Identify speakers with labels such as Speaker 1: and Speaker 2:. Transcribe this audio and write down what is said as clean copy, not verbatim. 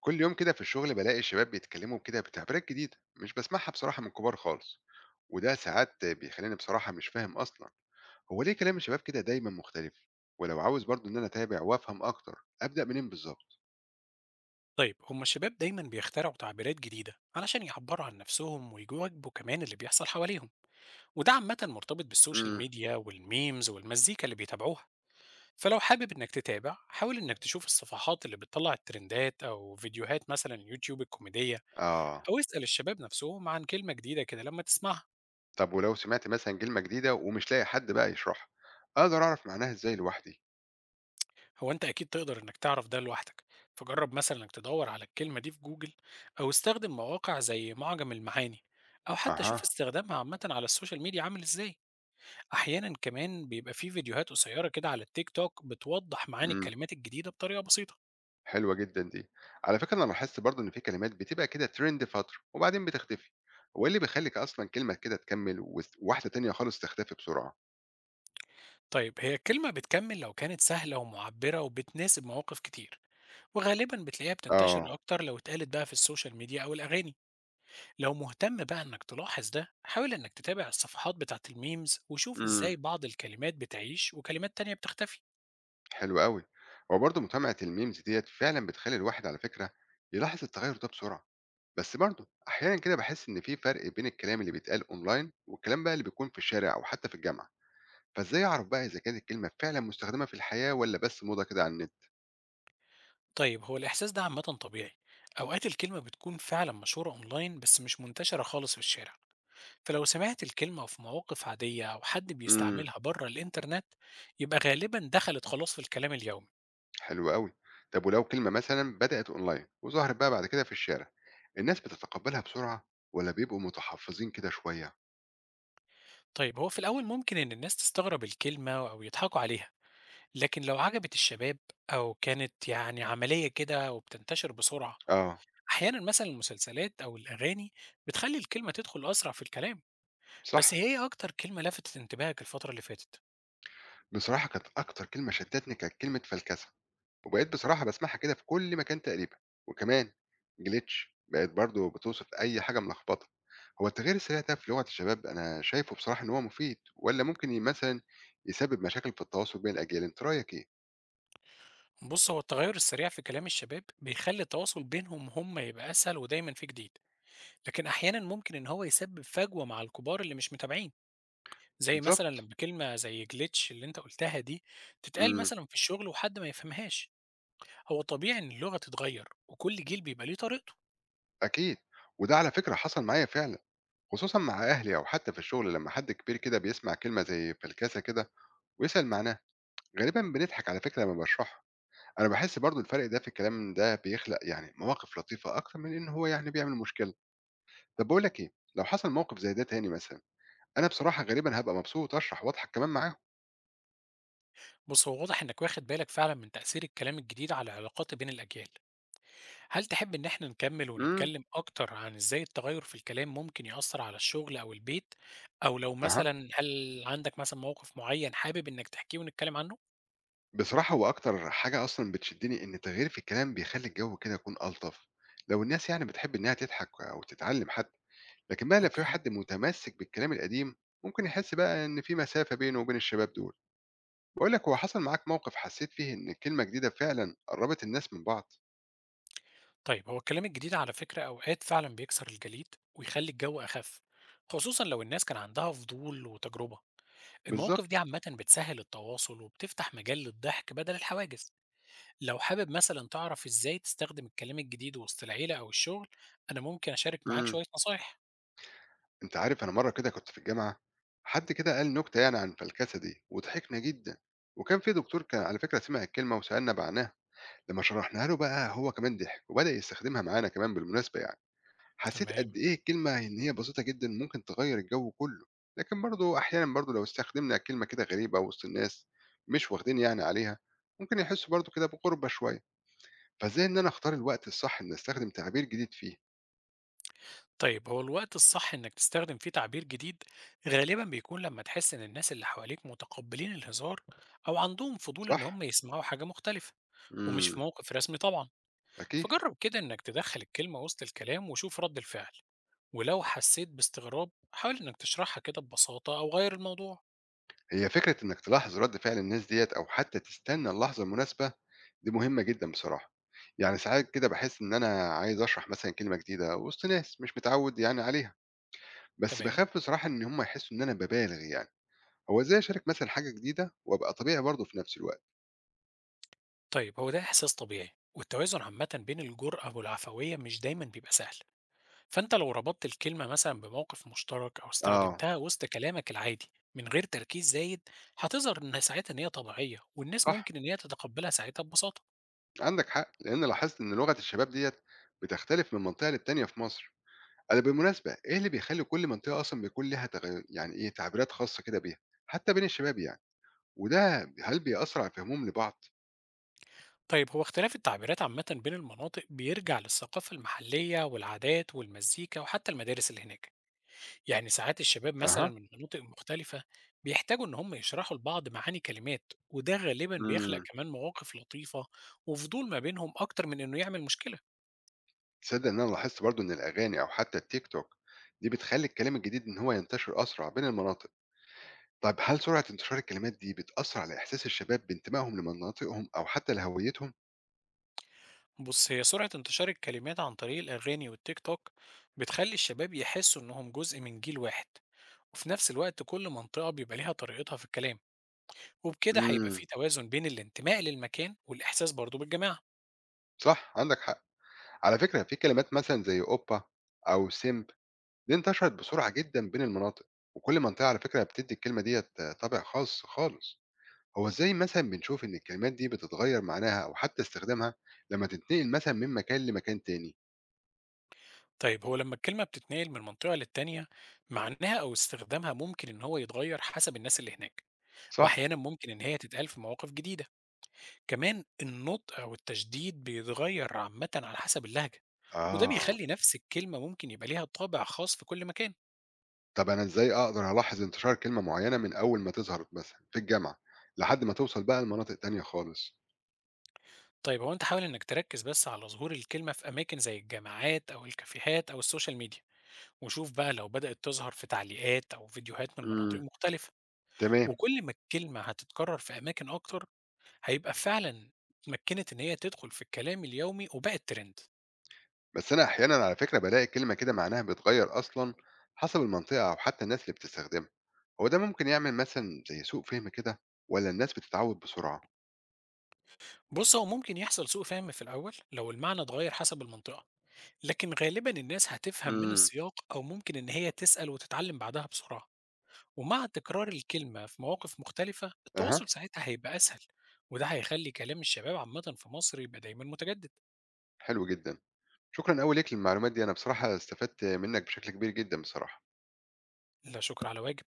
Speaker 1: كل يوم كده في الشغل بلاقي الشباب بيتكلموا كده بتعبيرات جديدة مش بسمعها بصراحة من كبار خالص. وده ساعات بيخليني بصراحة مش فاهم أصلا. هو ليه كلام الشباب كده دايما مختلف؟ ولو عاوز برضو إن أنا أتابع وأفهم أكتر أبدأ منين بالظبط؟
Speaker 2: طيب هما الشباب دايما بيخترعوا تعبيرات جديدة علشان يعبروا عن نفسهم ويواجهوا كمان اللي بيحصل حواليهم. وده عامة مرتبط بالسوشيال
Speaker 1: امم.
Speaker 2: ميديا والميمز والمزيكا اللي بيتابعوها. فلو حابب انك تتابع حاول انك تشوف الصفحات اللي بتطلع الترندات او فيديوهات مثلا يوتيوب الكوميدية،
Speaker 1: آه.
Speaker 2: او اسأل الشباب نفسهم عن كلمة جديدة كده لما تسمعها.
Speaker 1: طب ولو سمعت مثلا كلمة جديدة ومش لاقي حد بقى يشرحها، أقدر أعرف معناها إزاي لوحدي؟
Speaker 2: هو انت اكيد تقدر انك تعرف ده لوحدك. فجرب مثلا انك تدور على الكلمة دي في جوجل، او استخدم مواقع زي معجم المعاني، او حتى شوف
Speaker 1: أها.
Speaker 2: استخدامها عامة على السوشيال ميديا عامل ازاي. أحيانا كمان بيبقى في فيديوهات قصيرة كده على التيك توك بتوضح معاني الكلمات الجديدة بطريقة بسيطة.
Speaker 1: حلوة جدًا دي. على فكرة أنا لاحظت برضه إن في كلمات بتبقى كده trend فترة وبعدين بتختفي، هو إيه اللي بيخلّيك أصلًا كلمة كده تكمّل وس وواحدة تانية خالص تختفي بسرعة؟
Speaker 2: طيب هي الكلمة بتكمل لو كانت سهلة ومعبرة وبتناسب مواقف كتير، وغالبا بتلاقيها بتنتشر
Speaker 1: آه.
Speaker 2: أكتر لو اتقالت بقى في السوشيال ميديا أو الأغاني. لو مهتم بقى إنك تلاحظ ده حاول إنك تتابع الصفحات بتاعة الميمز وشوف
Speaker 1: إمم.
Speaker 2: إزاي بعض الكلمات بتعيش وكلمات تانية بتختفي.
Speaker 1: حلو أوي. هو برضه متابعة الmemes ديّة فعلًا بتخلّي الواحد على فكرة يلاحظ التغيُّر ده بسرعة، بس برضه أحيانًا كده باحس إن في فرق بين الكلام اللي بيتقال online والكلام بقى اللي بيكون في الشارع أو حتى في الجامعة، فإزاي أعرف بقى إذا كانت الكلمة فعلًا مستخدمة في الحياة والّا بس موضة كده على النت؟
Speaker 2: طيب هو الإحساس ده عامة طبيعي. أوقات الكلمة بتكون فعلا مشهورة أونلاين بس مش منتشرة خالص في الشارع. فلو سمعت الكلمة في مواقف عادية أو حد
Speaker 1: إمم.
Speaker 2: بيستعملها بره الإنترنت يبقى غالبا دخلت خلاص في الكلام اليومي.
Speaker 1: حلو أوي. طب ولو كلمة مثلًا بدأت أونلاين وظهرت بقى بعد كده في الشارع، الناس بتتقبلها بسرعة والّا بيبقوا متحفظين كده شوية؟
Speaker 2: طيب هو في الأول ممكن إن الناس تستغرب الكلمة أو يضحكوا عليها، لكن لو عجبت الشباب أو كانت يعني عملية كده وبتنتشر بسرعة.
Speaker 1: آه.
Speaker 2: أحيانا مثلا المسلسلات أو الأغاني بتخلي الكلمة تدخل أسرع في الكلام. بس
Speaker 1: صح.
Speaker 2: هي إيه أكتر كلمة لفتت انتباهك الفترة اللي فاتت؟
Speaker 1: بصراحة كانت أكتر كلمة شدتني كانت كلمة فلكسة، وبقيت بصراحة باسمعها كده في كل مكان تقريبًا، وكمان glitch بقت برضه بتوصف أي حاجة ملخبطة. هو التغيير السريع ده في لغة الشباب أنا شايفه بصراحة إن هو مفيد والّا ممكن مثلًا يسبب مشاكل في التواصل بين الأجيال، أنت رأيك إيه؟
Speaker 2: بص، هو التغير السريع في كلام الشباب بيخلي التواصل بينهم هم يبقى أسهل ودايما في جديد، لكن أحيانًا ممكن إن هو يسبب فجوة مع الكبار اللي مش متابعين، زي مثلًا
Speaker 1: بالضبط.
Speaker 2: لمّا كلمة زي glitch اللي أنت قُلتها دي تتقال
Speaker 1: إمم.
Speaker 2: مثلًا في الشغل وحد ما يفهمهاش. هو طبيعي إن اللغة تتغير وكل جيل بيبقى ليه طريقته.
Speaker 1: أكيد. وده على فكرة حصل معايا فعلًا. خصوصًا مع أهلي أو حتى في الشغل لمّا حد كبير كده بيسمع كلمة زي فلكسة كده ويسأل معناها، غالبًا بنضحك على فكرة لمّا باشرحها، أنا باحس برضه الفرق ده في الكلام ده بيخلق يعني مواقف لطيفة أكتر من إن هو يعني بيعمل مشكلة. طب باقول لك إيه، لو حصل موقف زي ده تاني مثلًا، أنا بصراحة غالبًا هابقى مبسوط أشرح وأضحك كمان معاهم.
Speaker 2: بُص، هو واضح إنك واخد بالك فعلًا من تأثير الكلام الجديد على العلاقات بين الأجيال. هل تحب إن إحنا نكمل
Speaker 1: إمم.
Speaker 2: ونتكلم أكتر عن إزاي التغير في الكلام ممكن يأثر على الشغل أو البيت؟ أو لو
Speaker 1: أها.
Speaker 2: مثلًا هل عندك مثلًا موقف معين حابب إنك تحكيه ونتكلم عنه؟
Speaker 1: بصراحة هو أكتر حاجة أصلًا بتشدني إن التغيير في الكلام بيخلّي الجو كده يكون ألطف، لو الناس يعني بتحب إنها تضحك أو تتعلم حتى. لكن بقى لو في
Speaker 2: أوكي.
Speaker 1: حد متمسك بالكلام القديم ممكن يحس بقى ان في مسافه بينه وبين الشباب دول. بقول لك، هو حصل معاك موقف حسيت فيه ان كلمه جديده فعلا قربت الناس من بعض؟
Speaker 2: طيب هو الكلام الجديد على فكرة أوقات فعلا بيكسر الجليد ويخلي الجو أخف، خصوصا لو الناس كان عندها فضول وتجربة. المواقف دي
Speaker 1: بالظبط.
Speaker 2: عامة بتسهل التواصل وبتفتح مجال للضحك بدل الحواجز. لو حابب مثلا تعرف إزاي تستخدم الكلام الجديد وسط العيلة أو الشغل أنا ممكن أشارك معاك
Speaker 1: امم.
Speaker 2: شوية نصايح.
Speaker 1: انت عارف، انا مره كده كنت في الجامعه، حد كده قال نكته يعني عن الفلكسه دي وضحكنا جدا. وكان في دكتور كان على فكره سمع الكلمه وسالنا معناها، لما شرحناها له بقى هو كمان ضحك وبدا يستخدمها معانا كمان بالمناسبه. يعني حسيت
Speaker 2: تمام.
Speaker 1: قد إيه الكلمة إن هي بسيطة جدًا ممكن تغيّر الجو كلّه. لكن برضه أحيانًا برضه لو استخدمنا كلمة كده غريبة وسط الناس مش واخدين يعني عليها، ممكن يحسّوا برضه كده بغُربة شوية، فإزاي إن أنا أختار الوقت الصح إني أستخدم تعبير جديد فيه؟
Speaker 2: طيب هو الوقت الصح إنك تستخدم فيه تعبير جديد غالبا بيكون لما تحس إن الناس اللي حواليك متقبلين الهزار، أو عندهم فضول إن
Speaker 1: صح؟
Speaker 2: هم يسمعوا حاجة مختلفة، ومش في
Speaker 1: إمم.
Speaker 2: موقف رسمي طبعا.
Speaker 1: أكيد.
Speaker 2: فجرب كده إنك تدخل الكلمة وسط الكلام وشوف رد الفعل. ولو حسيت باستغراب حاول إنك تشرحها كده ببساطة أو غير الموضوع.
Speaker 1: هي فكرة إنك تلاحظ رَد فعل الناس ديّة أو حتى تستنى اللحظة المناسبة، دي مهمة جدًا بصراحة. يعني ساعات كده باحس إن أنا عايز أشرح مثلًا كلمة جديدة وسط ناس مش متعوّد يعني عليها، بس
Speaker 2: تمام.
Speaker 1: باخاف بصراحة إن هم يحسّوا إن أنا بابالغ يعني. هو إزاي أشارك مثلًا حاجة جديدة وأبقى طبيعي برضه في نفس الوقت؟
Speaker 2: طيب هو ده إحساس طبيعي والتوازن عامة بين الجرأة والعفوية مش دايما بيبقى سهل. فأنت لو ربطت الكلمة مثلا بموقف مشترك أو
Speaker 1: آه.
Speaker 2: استخدمتها وسط كلامك العادي من غير تركيز زايد، هتظهر إنها ساعتها إن هي طبيعية والناس
Speaker 1: صح،
Speaker 2: ممكن إن هي تتقبلها ساعتها ببساطة.
Speaker 1: عندك حق، لإن لاحظت إن لغة الشباب ديّة بتختلف من منطقة للتانية في مصر. أنا بالمناسبة إيه اللي بيخلّي كل منطقة أصلًا بيكون ليها يعني إيه، تعبيرات خاصة كده بيها، حتى بين الشباب يعني، وده هل بيأثّر على فهمهم لبعض؟
Speaker 2: طيب هو اختلاف التعبيرات عامة بين المناطق بيرجع للثقافة المحلية والعادات والمزيكا وحتى المدارس اللي هناك. يعني ساعات الشباب مثلا
Speaker 1: أها.
Speaker 2: من مناطق مختلفة بيحتاجوا إن هم يشرحوا لبعض معاني كلمات، وده غالبا بيخلق
Speaker 1: إمم.
Speaker 2: كمان مواقف لطيفة وفضول ما بينهم أكتر من إنه يعمل مشكلة.
Speaker 1: تصدّق إن أنا لاحظت برضه إن الأغاني أو حتى الTikTok دي بتخلّي الكلام الجديد إن هو ينتشر أسرع بين المناطق. طَب هل سرعة انتشار الكلمات دي بتأثّر على إحساس الشباب بانتمائهم لمناطقهم أو حتى لهويتهم؟
Speaker 2: بص، هي سرعة انتشار الكلمات عن طريق الأغاني والتيك توك بتخلي الشباب يحسوا إنهم جزء من جيل واحد، وفي نفس الوقت كل منطقة بيبقى ليها طريقتها في الكلام، وبكده هيبقى
Speaker 1: إمم.
Speaker 2: في توازن بين الانتماء للمكان والإحساس برضه بالجماعة.
Speaker 1: صح عندك حق. على فكرة في كلمات مثلًا زي أوبا أو سِمب دي انتشرت بسرعة جدًا بين المناطق، وكل منطقة على فكرة بتدّي الكلمة ديّة طابع خاص خالص. هو إزاي مثلًا بنشوف إن الكلمات دي بتتغيّر معناها أو حتى استخدامها لمّا تتنقل مثلًا من مكان لمكان تاني؟
Speaker 2: طيب هو لما الكلمة بتتنقل من منطقة للتانية معناها أو استخدامها ممكن إن هو يتغير حسب الناس اللي هناك،
Speaker 1: صح؟
Speaker 2: وأحيانا ممكن إن هي تتقال في مواقف جديدة. كمان النطق أو التشديد بيتغير عامة على حسب اللهجة، وده
Speaker 1: آه.
Speaker 2: بيخلي نفس الكلمة ممكن يبقى ليها طابع خاص في كل مكان.
Speaker 1: طَب أنا إزاي أقدر ألاحظ انتشار كلمة معيّنة من أول ما تظهر مثلًا في الجامعة، لحد ما توصل بقى لمناطق تانية خالص؟
Speaker 2: طيب هو أنت حاول إنك تركز بس على ظهور الكلمة في أماكن زي الجامعات أو الكافيهات أو السوشيال ميديا، وشوف بقى لو بدأت تظهر في تعليقات أو فيديوهات من مناطق
Speaker 1: إمم.
Speaker 2: مختلفة.
Speaker 1: تمام.
Speaker 2: وكل ما الكلمة هتتكرر في أماكن أكتر هيبقى فعلا اتمكنت إن هي تدخل في الكلام اليومي وبقت ترند.
Speaker 1: بس أنا أحيانًا على فكرة بالاقي كلمة كده معناها بيتغيّر أصلًا حسب المنطقة أو حتى الناس اللي بتستخدمها، هو ده ممكن يعمل مثلًا زي سوء فهم كده والّا الناس بتتعوّد بسرعة؟
Speaker 2: بص، هو ممكن يحصل سوء فهم في الأول لو المعنى اتغير حسب المنطقة، لكن غالبا الناس هتفهم من
Speaker 1: إمم.
Speaker 2: السياق أو ممكن إن هي تسأل وتتعلم بعدها بسرعة. ومع تكرار الكلمة في مواقف مختلفة
Speaker 1: أها.
Speaker 2: التواصل ساعتها هيبقى أسهل، وده هيخلي كلام الشباب عامة في مصر يبقى دايما متجدد.
Speaker 1: حلو جدًا، شكرًا أوي ليك للمعلومات دي، أنا بصراحة استفدت منّك بشكل كبير جدًا بصراحة.
Speaker 2: لا شكر على واجب.